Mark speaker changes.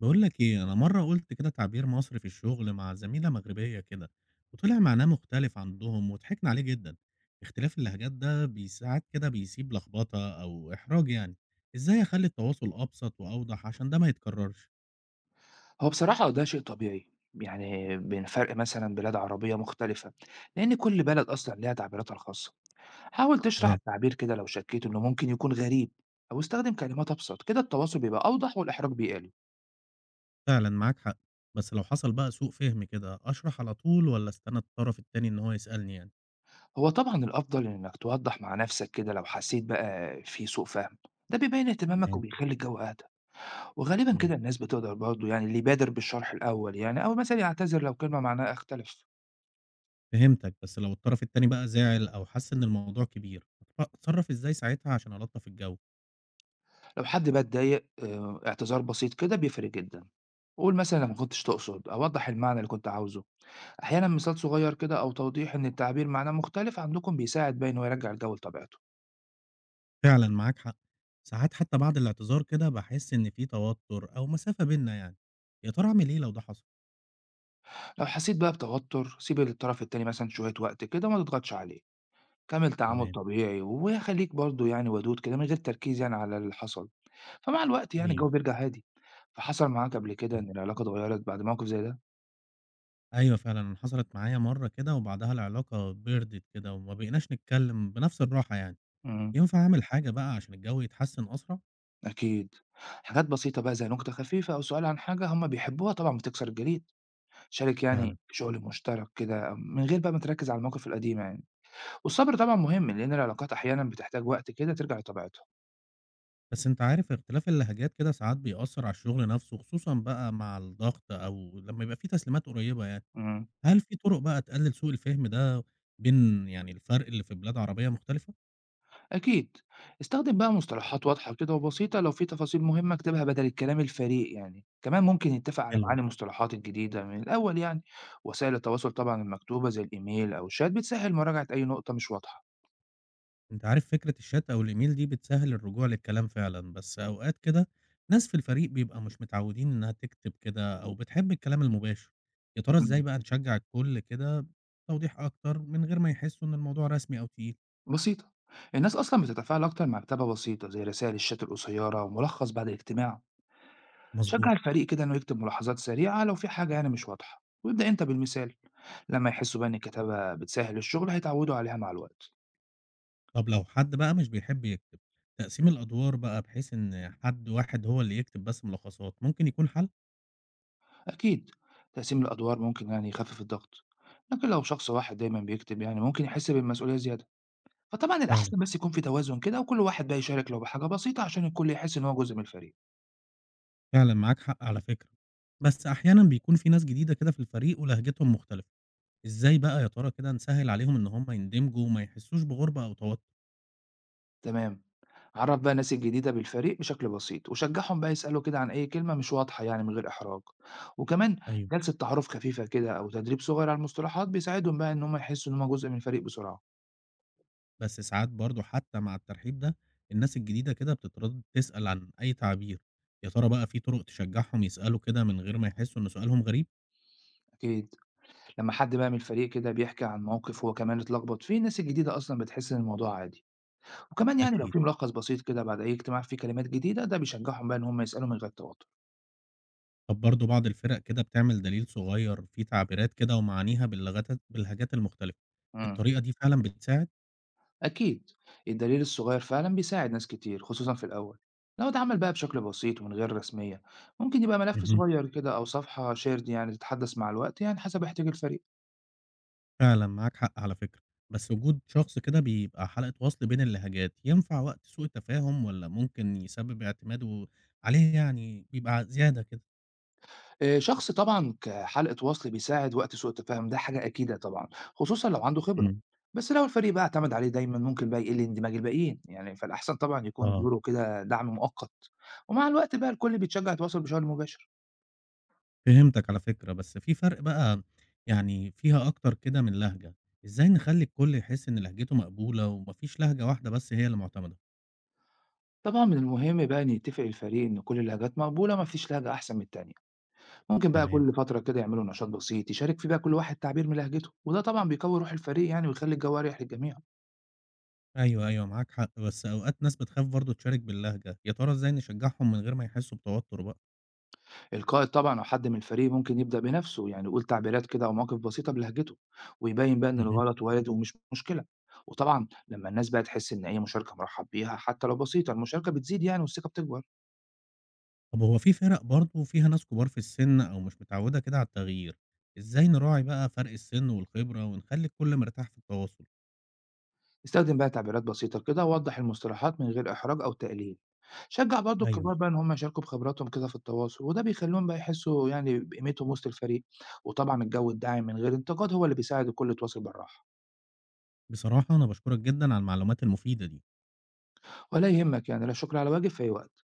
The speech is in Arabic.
Speaker 1: بقول لك ايه، انا مره قلت كده تعبير مصري في الشغل مع زميله مغربيه كده، وطلع معناه مختلف عندهم وضحكنا عليه جدا. اختلاف اللهجات ده بيساعد كده، بيسيب لخبطه او احراج يعني. ازاي اخلي التواصل ابسط واوضح عشان ده ما يتكررش؟
Speaker 2: هو بصراحة ده شيء طبيعي، يعني بين فرق مثلًا بلاد عربية مختلفة، لأن كل بلد أصلًا ليها تعبيراتها الخاصة، حاول تشرح
Speaker 1: اه.
Speaker 2: التعبير كده لو شكيت إنه ممكن يكون غريب، أو استخدم كلمات أبسط، كده التواصل بيبقى أوضح والإحراج بيقل،
Speaker 1: فعلا معاك حق. بس لو حصل بقى سوء فهم كده، اشرح على طول ولا استنى الطرف التاني ان هو يسالني يعني؟
Speaker 2: هو طبعًا الأفضل إنك توضح مع نفسك كده لو حسيت بقى في سوء فهم، ده بيبين اهتمامك
Speaker 1: تمام.
Speaker 2: وبيخلي الجو أهدى، وغالبًا
Speaker 1: مم.
Speaker 2: كده الناس بتقدر برضه يعني اللي يبادر بالشرح الأول يعني، أو مثلًا يعتذر لو كلمة معناها اختلف.
Speaker 1: فهمتك. بس لو الطرف التاني بقى زعل او حس ان الموضوع كبير، اتصرف ازاي ساعتها عشان الطف الجو؟
Speaker 2: لو حد بقى اتضايق اعتذار بسيط كده بيفرق جدًا، قُل مثلًا أنا ما كنتش تقصد، أوضّح المعنى اللي كنت عاوزه، أحيانًا مثال صغير كده أو توضيح إن التعبير معناه مختلف عندكم بيساعد بقى إن هو يرجّع الجو لطبيعته،
Speaker 1: فعلًا معاك حق. ساعات حتى بعد الاعتذار كده باحس إن في توتر أو مسافة بيننا يعني. يا ترى أعمل إيه لو ده حصل؟
Speaker 2: لو حسيت بقى بتوتر سيب الطرف التاني مثلًا شوية وقت كده وما تضغطش عليه، كمّل تعامل
Speaker 1: تمام.
Speaker 2: طبيعي وخلّيك برضه يعني ودود كده من غير تركيز يعني على اللي حصل، فمع الوقت يعني
Speaker 1: أيوه،
Speaker 2: الجو بيرجع هادي، فحصل معاك قبل كده
Speaker 1: آه.
Speaker 2: إن العلاقة اتغيّرت بعد موقف زي ده؟
Speaker 1: أيوه فعلًا، أنا حصلت معايا مرّة كده وبعدها العلاقة بِرْدِت كده وما بقيناش نتكلّم بنفس الراحة يعني.
Speaker 2: إمم.
Speaker 1: ينفع أعمل حاجة بقى عشان الجو يتحسّن أسرع؟
Speaker 2: أكيد. حاجات بسيطة بقى زي نكتة خفيفة أو سؤال عن حاجة هُم بيحبوها طبعًا بتكسر الجليد. شارك
Speaker 1: فعلًا.
Speaker 2: يعني شغل مشترك كده من غير بقى ما تركّز على المواقف القديمة يعني. والصبر طبعًا مهم، لإن العلاقات أحيانًا بتحتاج وقت كده ترجع لطبيعتها.
Speaker 1: بس أنت عارف اختلاف اللهجات كده ساعات بيأثّر على الشغل نفسه، خصوصًا بقى مع الضغط أو لمّا يبقى في تسليمات قريّبة يعني.
Speaker 2: إمم.
Speaker 1: هل في طُرق بقى تقلِّل سوء الفهم ده بين يعني الفرق اللي في بلاد عربية مختلفة؟
Speaker 2: أكيد. استخدم بقى مصطلحات واضحة كده وبسيطة، لو في تفاصيل مهمة اكتبها بدل الكلام الفريق يعني. كمان ممكن نتفق على
Speaker 1: حلو.
Speaker 2: معاني المصطلحات الجديدة من الأول يعني. وسائل التواصل طبعًا المكتوبة زي الإيميل أو الشات بتسهّل مراجعة أي نقطة مش واضحة.
Speaker 1: أنت عارف فكرة الشات أو الإيميل دي بتسهل الرجوع للكلام فعلا، بس أوقات كده ناس في الفريق بيبقى مش متعودين إنها تكتب كده أو بتحب الكلام المباشر. يا ترى إزاي
Speaker 2: إمم.
Speaker 1: بقى نشجع الكل كده توضيح أكتر من غير ما يحسوا إن الموضوع رسمي أو تقيل؟
Speaker 2: بسيطة. الناس أصلا بتتفاعل أكتر مع كتابة بسيطة زي رسائل الشات القصيرة وملخص بعد الاجتماع. شجع
Speaker 1: مظبوط.
Speaker 2: الفريق كده إنه يكتب ملاحظات سريعة لو في حاجة يعني مش واضحة وابدأ أنت بالمثال. لما يحسوا بقى إن الكتابة بتسهل الشغل هيتعودوا عليها مع الوقت.
Speaker 1: طب لو حد بقى مش بيحب يكتب، تقسيم الأدوار بقى بحيث إن حد واحد هو اللي يكتب بس ملخصات ممكن يكون حل.
Speaker 2: أكيد. تقسيم الأدوار ممكن يعني يخفف الضغط، لكن لو شخص واحد دايما بيكتب يعني ممكن يحس بالمسؤولية زيادة، فطبعا
Speaker 1: فعلا.
Speaker 2: الأحسن بس يكون في توازن كده وكل واحد بقى يشارك لو بحاجة بسيطة عشان الكل يحس إن هو جزء من الفريق.
Speaker 1: فعلا معاك حق على فكرة. بس أحيانا بيكون في ناس جديدة كده في الفريق ولهجتهم مختلفة. إزاي بقى يا ترى كده نسهّل عليهم إن هم يندمجوا وما يحسّوش بغُربة أو توتُّر؟
Speaker 2: تمام. عرّف بقى الناس الجديدة بالفريق بشكل بسيط، وشجّعهم بقى يسألوا كده عن أي كلمة مش واضحة يعني من غير إحراج، وكمان
Speaker 1: أيوه.
Speaker 2: جلسة تعارُف خفيفة كده أو تدريب صغير على المصطلحات بيساعدهم بقى إن هم يحسّوا إن هم جزء من الفريق بسرعة.
Speaker 1: بس ساعات برضه حتّى مع الترحيب ده، الناس الجديدة كده بتتردّد تسأل عن أي تعبير، يا ترى بقى في طُرق تشجّعهم يسألوا كده من غير ما يحسّوا إن سؤالهم غريب؟
Speaker 2: أكيد. لمّا حد بقى من الفريق كده بيحكي عن موقف هو كمان اتلخبط فيه، الناس الجديدة أصلًا بتحس إن الموضوع عادي، وكمان يعني لو
Speaker 1: أكيد.
Speaker 2: في ملخص بسيط كده بعد أي اجتماع فيه كلمات جديدة، ده بيشجّعهم بقى إن هم يسألوا من غير توتر.
Speaker 1: طَب برضه بعض الفِرَق كده بتعمل دليل صغيّر فيه تعبيرات كده ومعانيها باللغات باللهجات المختلفة،
Speaker 2: إمم.
Speaker 1: الطريقة دي فعلًا بتساعد؟
Speaker 2: أكيد. الدليل الصغير فعلا بيساعد ناس كتير خصوصا في الأول، لو اتعمل بقى بشكل بسيط ومن غير رسمية ممكن يبقى ملف
Speaker 1: مهم.
Speaker 2: صغير كده أو صفحة شيرد يعني تتحدث مع الوقت يعني حسب احتياج الفريق.
Speaker 1: فعلًا معاك حق على فكرة. بس وجود شخص كده بيبقى حلقة وصل بين اللهجات، ينفع وقت سوء التفاهم والّا ممكن يسبب اعتماده عليه يعني بيبقى زيادة كده؟
Speaker 2: آه، شخص طبعا كحلقة وصل بيساعد وقت سوء التفاهم ده حاجة أكيدة طبعا، خصوصا لو عنده خبرة.
Speaker 1: إمم.
Speaker 2: بس لو الفريق بقى اعتمد عليه دايما ممكن بقى يقل اندماج الباقيين يعني، فالأحسن طبعا يكون
Speaker 1: آه،
Speaker 2: دوره كده دعم مؤقت، ومع الوقت بقى الكل بيتشجع يتواصل بشكل مباشر.
Speaker 1: فهمتك على فكرة. بس في فرق بقى يعني فيها أكتر كده من لهجة، إزاي نخلّي الكل يحس إن لهجته مقبولة وما فيش لهجة واحدة بس هي اللي معتمدة؟
Speaker 2: طبعا من المهم بقى إن يتفق الفريق إن كل اللهجات مقبولة مفيش لهجة أحسن من التانية. ممكن بقى
Speaker 1: تمام.
Speaker 2: كل فترة كده يعملوا نشاط بسيط يشارك فيه بقى كل واحد تعبير من لهجته وده طبعا بيقوي روح الفريق يعني ويخلي الجو أريح للجميع.
Speaker 1: أيوه، أيوه معاك حق، بس أوقات ناس بتخاف برضه تشارك باللهجة، يا ترى إزاي نشجعهم من غير ما يحسوا بتوتر بقى؟
Speaker 2: القائد طبعا أو حد من الفريق ممكن يبدأ بنفسه يعني يقول تعبيرات كده أو مواقف بسيطة بلهجته، ويبين بقى إن
Speaker 1: اهم.
Speaker 2: الغلط وارد ومش مشكلة. وطبعا لما الناس بقى تحس إن أي مشاركة مرحب بيها حتى لو بسيطة المشاركة بتزيد يعني والثقة بتكبر.
Speaker 1: طب هو في فرق برضه فيها ناس كبار في السن أو مش متعودة كده على التغيير، إزاي نراعي بقى فرق السن والخبرة ونخلي الكل مرتاح في التواصل؟
Speaker 2: استخدم بقى تعبيرات بسيطة كده ووضح المصطلحات من غير إحراج أو تقليل. شجع برضو
Speaker 1: ايوه.
Speaker 2: الكبار بقى إن هم يشاركوا بخبراتهم كده في التواصل وده بيخليهم بقى يحسوا يعني بقيمتهم وسط الفريق. وطبعا الجو الداعم من غير انتقاد هو اللي بيساعد الكل يتواصل بالراحة.
Speaker 1: بصراحة أنا بشكرك جدا على المعلومات المفيدة دي.
Speaker 2: ولا يهمك، يعني لا شكر على واجب، في أي وقت.